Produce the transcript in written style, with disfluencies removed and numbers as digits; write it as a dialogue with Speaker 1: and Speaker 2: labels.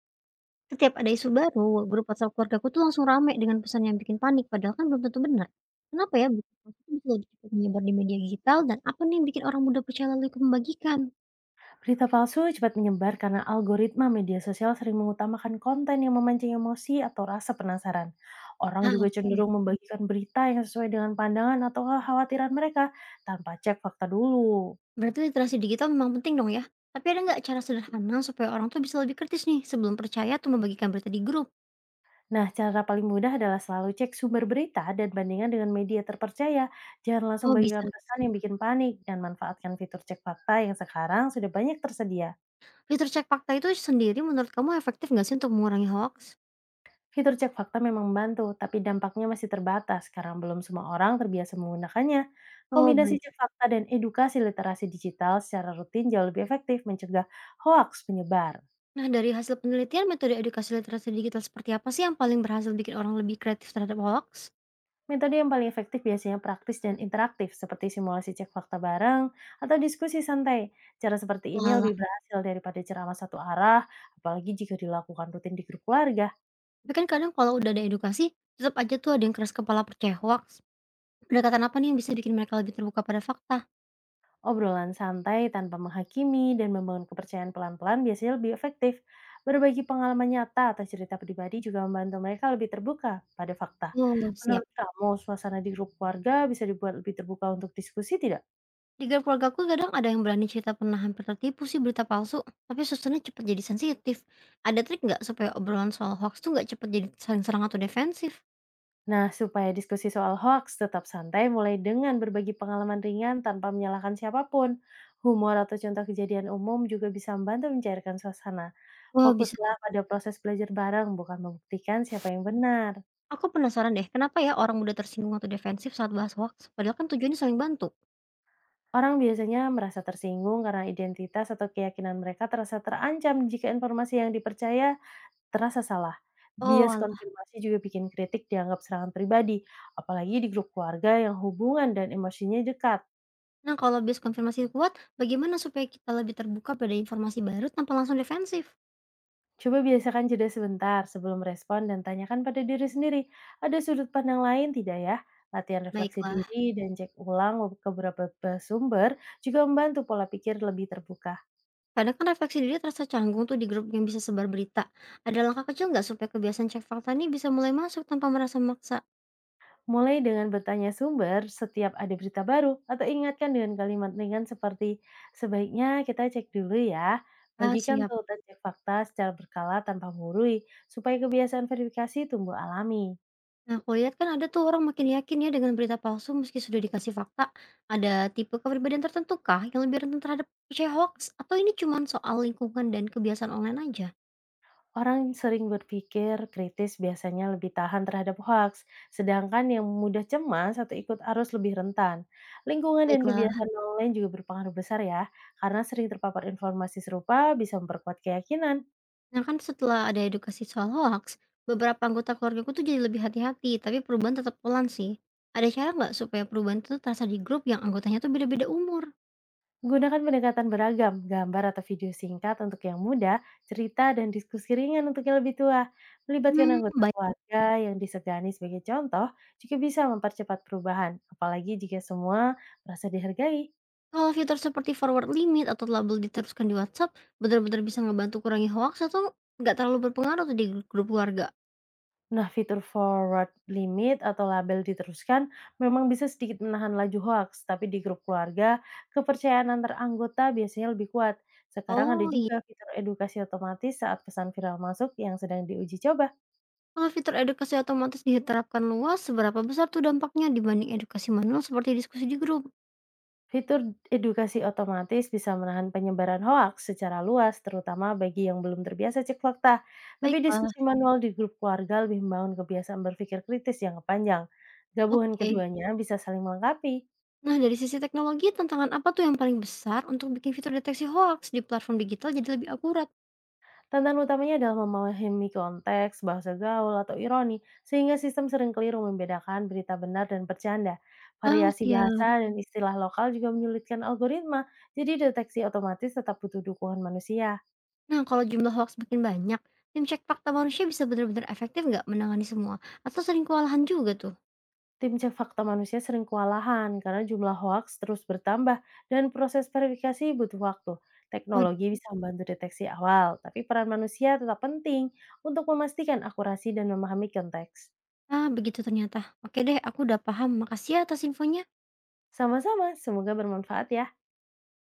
Speaker 1: Setiap ada isu baru, grup WhatsApp keluargaku tuh langsung rame dengan pesan yang bikin panik, padahal kan belum tentu benar. Kenapa ya berita palsu itu bisa lebih cepat menyebar di media digital dan apa nih yang bikin orang mudah percaya lalu ikut membagikan?
Speaker 2: Berita palsu cepat menyebar karena algoritma media sosial sering mengutamakan konten yang memancing emosi atau rasa penasaran. Orang
Speaker 1: Ah,
Speaker 2: juga
Speaker 1: oke.
Speaker 2: cenderung membagikan berita yang sesuai dengan pandangan atau kekhawatiran mereka tanpa cek fakta dulu.
Speaker 1: Berarti literasi digital memang penting dong ya. Tapi ada nggak cara sederhana supaya orang tuh bisa lebih kritis nih sebelum percaya atau membagikan berita di grup?
Speaker 2: Nah, cara paling mudah adalah selalu cek sumber berita dan bandingkan dengan media terpercaya. Jangan langsung
Speaker 1: Oh, bisa.
Speaker 2: bagikan pesan yang bikin panik dan manfaatkan fitur cek fakta yang sekarang sudah banyak tersedia.
Speaker 1: Fitur cek fakta itu sendiri menurut kamu efektif nggak sih untuk mengurangi hoax?
Speaker 2: Fitur cek fakta memang membantu, tapi dampaknya masih terbatas karena belum semua orang terbiasa menggunakannya.
Speaker 1: Oh,
Speaker 2: Kombinasi
Speaker 1: baik.
Speaker 2: cek fakta dan edukasi literasi digital secara rutin jauh lebih efektif mencegah hoaks penyebar.
Speaker 1: Nah, dari hasil penelitian metode edukasi literasi digital seperti apa sih yang paling berhasil bikin orang lebih kreatif terhadap hoax?
Speaker 2: Metode yang paling efektif biasanya praktis dan interaktif, seperti simulasi cek fakta bareng atau diskusi santai. Cara seperti ini
Speaker 1: Walah.
Speaker 2: lebih berhasil daripada ceramah satu arah, apalagi jika dilakukan rutin di grup keluarga.
Speaker 1: Tapi kan kadang kalau udah ada edukasi, tetap aja tuh ada yang keras kepala percaya percehok. Pendekatan apa nih yang bisa bikin mereka lebih terbuka pada fakta?
Speaker 2: Obrolan santai tanpa menghakimi dan membangun kepercayaan pelan-pelan biasanya lebih efektif. Berbagi pengalaman nyata atau cerita pribadi juga membantu mereka lebih terbuka pada fakta.
Speaker 1: Oh, siap.
Speaker 2: Menurut kamu, suasana di grup keluarga bisa dibuat lebih terbuka untuk diskusi tidak?
Speaker 1: Di grup keluargaku kadang ada yang berani cerita pernah hampir tertipu sih berita palsu, tapi suasananya cepat jadi sensitif. Ada trik nggak supaya obrolan soal hoax tuh nggak cepat jadi saling serang atau defensif?
Speaker 2: Nah, supaya diskusi soal hoax tetap santai, mulai dengan berbagi pengalaman ringan tanpa menyalahkan siapapun. Humor atau contoh kejadian umum juga bisa membantu mencairkan suasana.
Speaker 1: Wah, bisa tuh.
Speaker 2: Fokuslah pada proses belajar bareng, bukan membuktikan siapa yang benar.
Speaker 1: Aku penasaran deh, kenapa ya orang mudah tersinggung atau defensif saat bahas hoax? Padahal kan tujuannya saling bantu.
Speaker 2: Orang biasanya merasa tersinggung karena identitas atau keyakinan mereka terasa terancam jika informasi yang dipercaya terasa salah.
Speaker 1: Oh,
Speaker 2: Bias
Speaker 1: alah.
Speaker 2: konfirmasi juga bikin kritik dianggap serangan pribadi, apalagi di grup keluarga yang hubungan dan emosinya dekat.
Speaker 1: Nah, kalau bias konfirmasi kuat, bagaimana supaya kita lebih terbuka pada informasi baru tanpa langsung defensif?
Speaker 2: Coba biasakan jeda sebentar sebelum respon dan tanyakan pada diri sendiri, ada sudut pandang lain tidak ya? Latihan refleksi
Speaker 1: Baiklah.
Speaker 2: diri dan cek ulang beberapa sumber juga membantu pola pikir lebih terbuka.
Speaker 1: Kadang kan refleksi diri terasa canggung tuh di grup yang bisa sebar berita. Ada langkah kecil nggak supaya kebiasaan cek fakta ini bisa mulai masuk tanpa merasa maksa?
Speaker 2: Mulai dengan bertanya sumber setiap ada berita baru atau ingatkan dengan kalimat ringan seperti sebaiknya kita cek dulu ya.
Speaker 1: Ah,
Speaker 2: Bagikan
Speaker 1: siap.
Speaker 2: tuh dan cek fakta secara berkala tanpa menggurui supaya kebiasaan verifikasi tumbuh alami.
Speaker 1: Nah, aku lihat kan ada tuh orang makin yakin ya dengan berita palsu meski sudah dikasih fakta. Ada tipe kepribadian tertentu kah yang lebih rentan terhadap percaya hoax? Atau ini cuma soal lingkungan dan kebiasaan online aja?
Speaker 2: Orang sering berpikir kritis biasanya lebih tahan terhadap hoax, sedangkan yang mudah cemas atau ikut arus lebih rentan. Lingkungan dan
Speaker 1: Baiklah.
Speaker 2: kebiasaan online juga berpengaruh besar ya, karena sering terpapar informasi serupa bisa memperkuat keyakinan.
Speaker 1: Nah, kan setelah ada edukasi soal hoax, beberapa anggota keluargaku tuh jadi lebih hati-hati, tapi perubahan tetap pelan sih. Ada cara nggak supaya perubahan itu terasa di grup yang anggotanya tuh beda-beda umur?
Speaker 2: Gunakan pendekatan beragam, gambar atau video singkat untuk yang muda, cerita dan diskusi ringan untuk yang lebih tua. Melibatkan
Speaker 1: Hmm,
Speaker 2: anggota
Speaker 1: baik.
Speaker 2: keluarga yang disegani sebagai contoh juga bisa mempercepat perubahan, apalagi jika semua merasa dihargai.
Speaker 1: Kalau fitur seperti forward limit atau label diteruskan di WhatsApp, benar-benar bisa ngebantu kurangi hoax atau nggak terlalu berpengaruh tuh di grup keluarga?
Speaker 2: Nah, fitur forward limit atau label diteruskan memang bisa sedikit menahan laju hoax, tapi di grup keluarga, kepercayaan antar anggota biasanya lebih kuat. Sekarang ada
Speaker 1: Oh, iya.
Speaker 2: juga fitur edukasi otomatis saat pesan viral masuk yang sedang diuji coba.
Speaker 1: Kalau fitur edukasi otomatis diterapkan luas, seberapa besar tuh dampaknya dibanding edukasi manual seperti diskusi di grup?
Speaker 2: Fitur edukasi otomatis bisa menahan penyebaran hoaks secara luas, terutama bagi yang belum terbiasa cek fakta. Tapi
Speaker 1: Baiklah,
Speaker 2: diskusi manual di grup keluarga lebih membangun kebiasaan berpikir kritis jangka panjang. Gabungan
Speaker 1: oke.
Speaker 2: keduanya bisa saling melengkapi.
Speaker 1: Nah, dari sisi teknologi, tantangan apa tuh yang paling besar untuk bikin fitur deteksi hoax di platform digital jadi lebih akurat?
Speaker 2: Tantangan utamanya adalah memahami konteks, bahasa gaul, atau ironi, sehingga sistem sering keliru membedakan berita benar dan bercanda.
Speaker 1: Ah,
Speaker 2: Variasi
Speaker 1: siap.
Speaker 2: bahasa dan istilah lokal juga menyulitkan algoritma, jadi deteksi otomatis tetap butuh dukungan manusia.
Speaker 1: Nah, kalau jumlah hoax makin banyak, tim cek fakta manusia bisa benar-benar efektif nggak menangani semua? Atau sering kewalahan juga tuh?
Speaker 2: Tim cek fakta manusia sering kewalahan karena jumlah hoaks terus bertambah dan proses verifikasi butuh waktu. Teknologi
Speaker 1: Waduh.
Speaker 2: bisa membantu deteksi awal, tapi peran manusia tetap penting untuk memastikan akurasi dan memahami konteks.
Speaker 1: Ah, begitu ternyata. Oke deh, aku udah paham. Makasih ya atas infonya.
Speaker 2: Sama-sama, semoga bermanfaat ya.